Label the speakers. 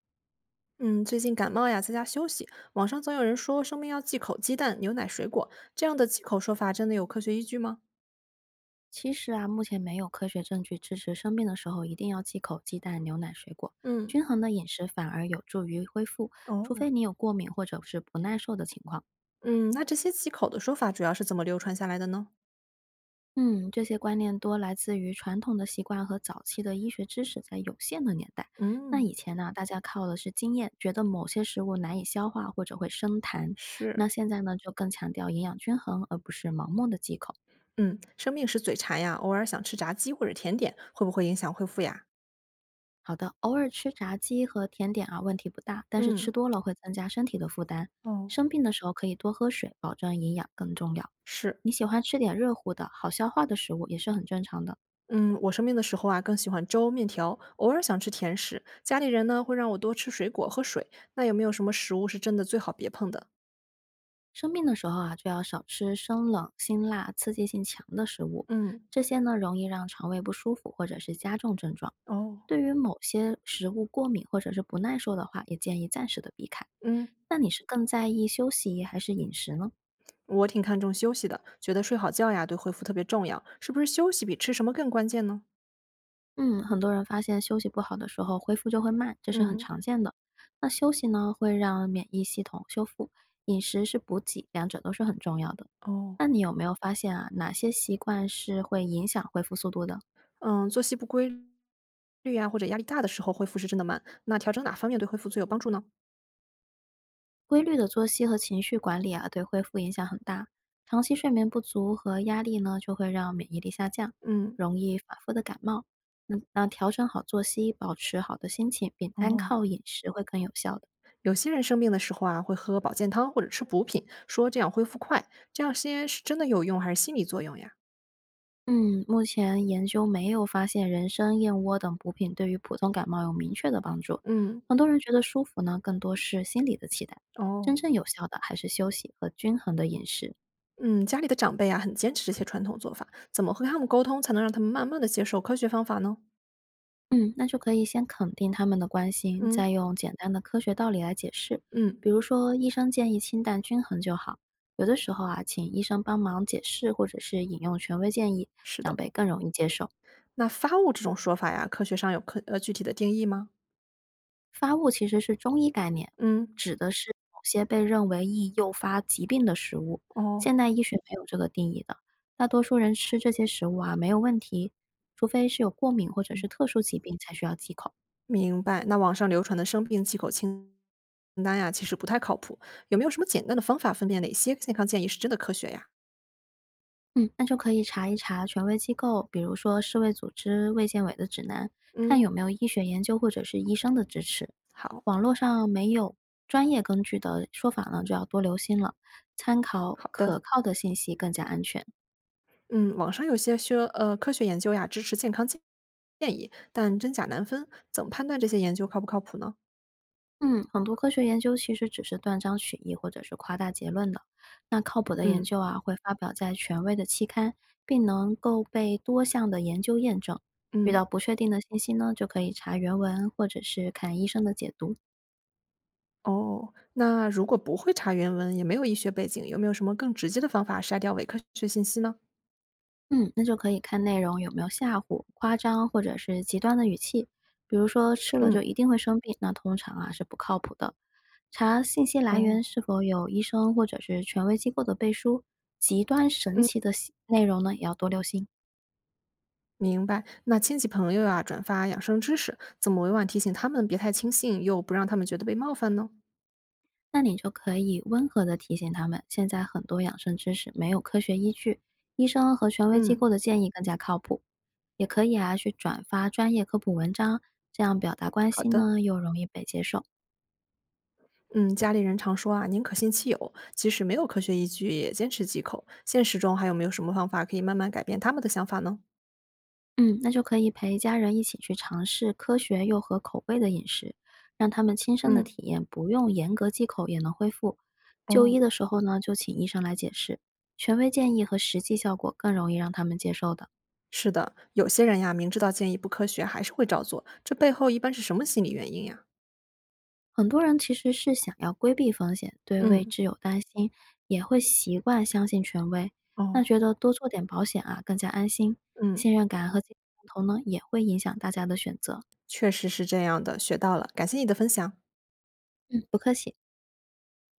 Speaker 1: 嗯，最近感冒呀，在家休息。网上总有人说生病要忌口鸡蛋、牛奶、水果，这样的忌口说法真的有科学依据吗？
Speaker 2: 其实啊，目前没有科学证据支持生病的时候一定要忌口鸡蛋、牛奶、水果。
Speaker 1: 嗯，
Speaker 2: 均衡的饮食反而有助于恢复，除
Speaker 1: 哦，
Speaker 2: 非你有过敏或者是不耐受的情况。
Speaker 1: 嗯，那这些忌口的说法主要是怎么流传下来的呢？
Speaker 2: 嗯，这些观念多来自于传统的习惯和早期的医学知识在有限的年代。那
Speaker 1: 嗯
Speaker 2: 以前呢，大家靠的是经验，觉得某些食物难以消化或者会生痰。
Speaker 1: 是，
Speaker 2: 那现在呢，就更强调营养均衡，而不是盲目的忌口。
Speaker 1: 嗯，生病时嘴馋呀，偶尔想吃炸鸡或者甜点，会不会影响恢复呀？
Speaker 2: 好的，偶尔吃炸鸡和甜点啊，问题不大，但是吃
Speaker 1: 嗯，
Speaker 2: 多了会增加身体的负担。
Speaker 1: 哦，
Speaker 2: 生病的时候可以多喝水，保证营养更重要。
Speaker 1: 是，
Speaker 2: 你喜欢吃点热乎的、好消化的食物也是很正常的。
Speaker 1: 嗯，我生病的时候啊，更喜欢粥、面条，偶尔想吃甜食。家里人呢，会让我多吃水果、喝水。那有没有什么食物是真的最好别碰的？
Speaker 2: 生病的时候啊，就要少吃生冷、辛辣、刺激性强的食物，
Speaker 1: 嗯。
Speaker 2: 这些呢容易让肠胃不舒服或者是加重症状。
Speaker 1: 哦，
Speaker 2: 对于某些食物过敏或者是不耐受的话，也建议暂时的避开。
Speaker 1: 嗯，
Speaker 2: 那你是更在意休息还是饮食呢？
Speaker 1: 我挺看重休息的，觉得睡好觉呀对恢复特别重要。是不是休息比吃什么更关键呢？
Speaker 2: 嗯，很多人发现休息不好的时候，恢复就会慢，这是很
Speaker 1: 嗯，
Speaker 2: 常见的。那休息呢，会让免疫系统修复，饮食是补给，两者都是很重要的。
Speaker 1: 哦，
Speaker 2: 那你有没有发现啊，哪些习惯是会影响恢复速度的？
Speaker 1: 嗯，作息不规律呀，或者压力大的时候恢复是真的慢。那调整哪方面对恢复最有帮助呢？
Speaker 2: 规律的作息和情绪管理啊，对恢复影响很大。长期睡眠不足和压力呢，就会让免疫力下降，
Speaker 1: 嗯，
Speaker 2: 容易反复的感冒。那调整好作息，保持好的心情，比单
Speaker 1: 哦，
Speaker 2: 靠饮食会更有效的。
Speaker 1: 有些人生病的时候啊，会喝保健汤或者吃补品，说这样恢复快。这样些是真的有用还是心理作用呀？
Speaker 2: 嗯，目前研究没有发现人参、燕窝等补品对于普通感冒有明确的帮助。
Speaker 1: 嗯，
Speaker 2: 很多人觉得舒服呢，更多是心理的期待。真
Speaker 1: 哦。
Speaker 2: 正有效的还是休息和均衡的饮食。
Speaker 1: 嗯，家里的长辈啊，很坚持这些传统做法，怎么和他们沟通才能让他们慢慢的接受科学方法呢？
Speaker 2: 嗯，那就可以先肯定他们的关心，
Speaker 1: 嗯
Speaker 2: 再用简单的科学道理来解释。比
Speaker 1: 嗯，
Speaker 2: 如说，医生建议清淡均衡就好。有的时候啊，请医生帮忙解释，或者是引用权威建议，
Speaker 1: 是
Speaker 2: 长
Speaker 1: 的。
Speaker 2: 辈更容易接受。
Speaker 1: 那发物这种说法呀，科学上有具体的定义吗？
Speaker 2: 发物其实是中医概念，
Speaker 1: 嗯，
Speaker 2: 指的是某些被认为易诱发疾病的食物。
Speaker 1: 哦，
Speaker 2: 现代医学没有这个定义的，大多数人吃这些食物啊没有问题，除非是有过敏或者
Speaker 1: 嗯，
Speaker 2: 是特殊疾病才需要忌口。
Speaker 1: 明白。那网上流传的生病忌口清单呀，其实不太靠谱。有没有什么简单的方法分辨哪些健康建议是真的科学呀？
Speaker 2: 嗯，那就可以查一查权威机构，比如说世卫组织、卫健委的指南，看
Speaker 1: 嗯，
Speaker 2: 有没有医学研究或者是医生的支持。
Speaker 1: 好，
Speaker 2: 网络上没有专业根据的说法呢，就要多留心了，参考
Speaker 1: 好
Speaker 2: 可
Speaker 1: 的。
Speaker 2: 靠的信息更加安全。
Speaker 1: 嗯，网上有些说，科学研究呀支持健康建建议，但真假难分，怎么判断这些研究靠不靠谱呢？
Speaker 2: 嗯，很多科学研究其实只是断章取义或者是夸大结论的。那靠谱的研
Speaker 1: 嗯
Speaker 2: 究啊，会发表在权威的期刊，并能够被多项的研究验证。遇到
Speaker 1: 嗯，
Speaker 2: 不确定的信息呢，就可以查原文或者是看医生的解读。
Speaker 1: 哦，那如果不会查原文，也没有医学背景，有没有什么更直接的方法筛掉伪科学信息呢？
Speaker 2: 嗯，那就可以看内容有没有吓唬、夸张或者是极端的语气，比如说吃了就一
Speaker 1: 嗯。
Speaker 2: 定会生病，那通常啊是不靠谱的。查信息来源
Speaker 1: 哦，
Speaker 2: 是否有医生或者是权威机构的背书，极端神
Speaker 1: 嗯，
Speaker 2: 奇的信内容呢也要多留心。
Speaker 1: 明白。那亲戚朋友啊，转发养生知识，怎么委婉提醒他们别太轻信，又不让他们觉得被冒犯呢？
Speaker 2: 那你就可以温和的提醒他们，现在很多养生知识没有科学依据，医生和权威机
Speaker 1: 嗯，
Speaker 2: 构的建议更加靠谱。也可以啊去转发专业科普文章，这样表达关
Speaker 1: 好
Speaker 2: 心
Speaker 1: 的。
Speaker 2: 呢又容易被接受。
Speaker 1: 嗯，家里人常说啊，宁可信其有，即使没有科学依据，也坚持忌口。现实中还有没有什么方法可以慢慢改变他们的想法呢？
Speaker 2: 嗯，那就可以陪家人一起去尝试科学又合口味的饮食，让他们亲身的
Speaker 1: 嗯，
Speaker 2: 体验，不用严格忌口也能恢复。就医
Speaker 1: 哦，
Speaker 2: 的时候呢，就请医生来解释，权威建议和实际效果更容易让他们接受的。
Speaker 1: 是的，有些人呀，明知道建议不科学，还是会照做，这背后一般是什么心理原因呀？
Speaker 2: 很多人其实是想要规避风险，对未
Speaker 1: 嗯，
Speaker 2: 知有担心，也会习惯相信权威。那
Speaker 1: 哦，
Speaker 2: 觉得多做点保险啊，更加安心，
Speaker 1: 嗯，
Speaker 2: 信任感和经验头呢，也会影响大家的选择。
Speaker 1: 确实是这样的，学到了，感谢你的分享。
Speaker 2: 嗯，不客气。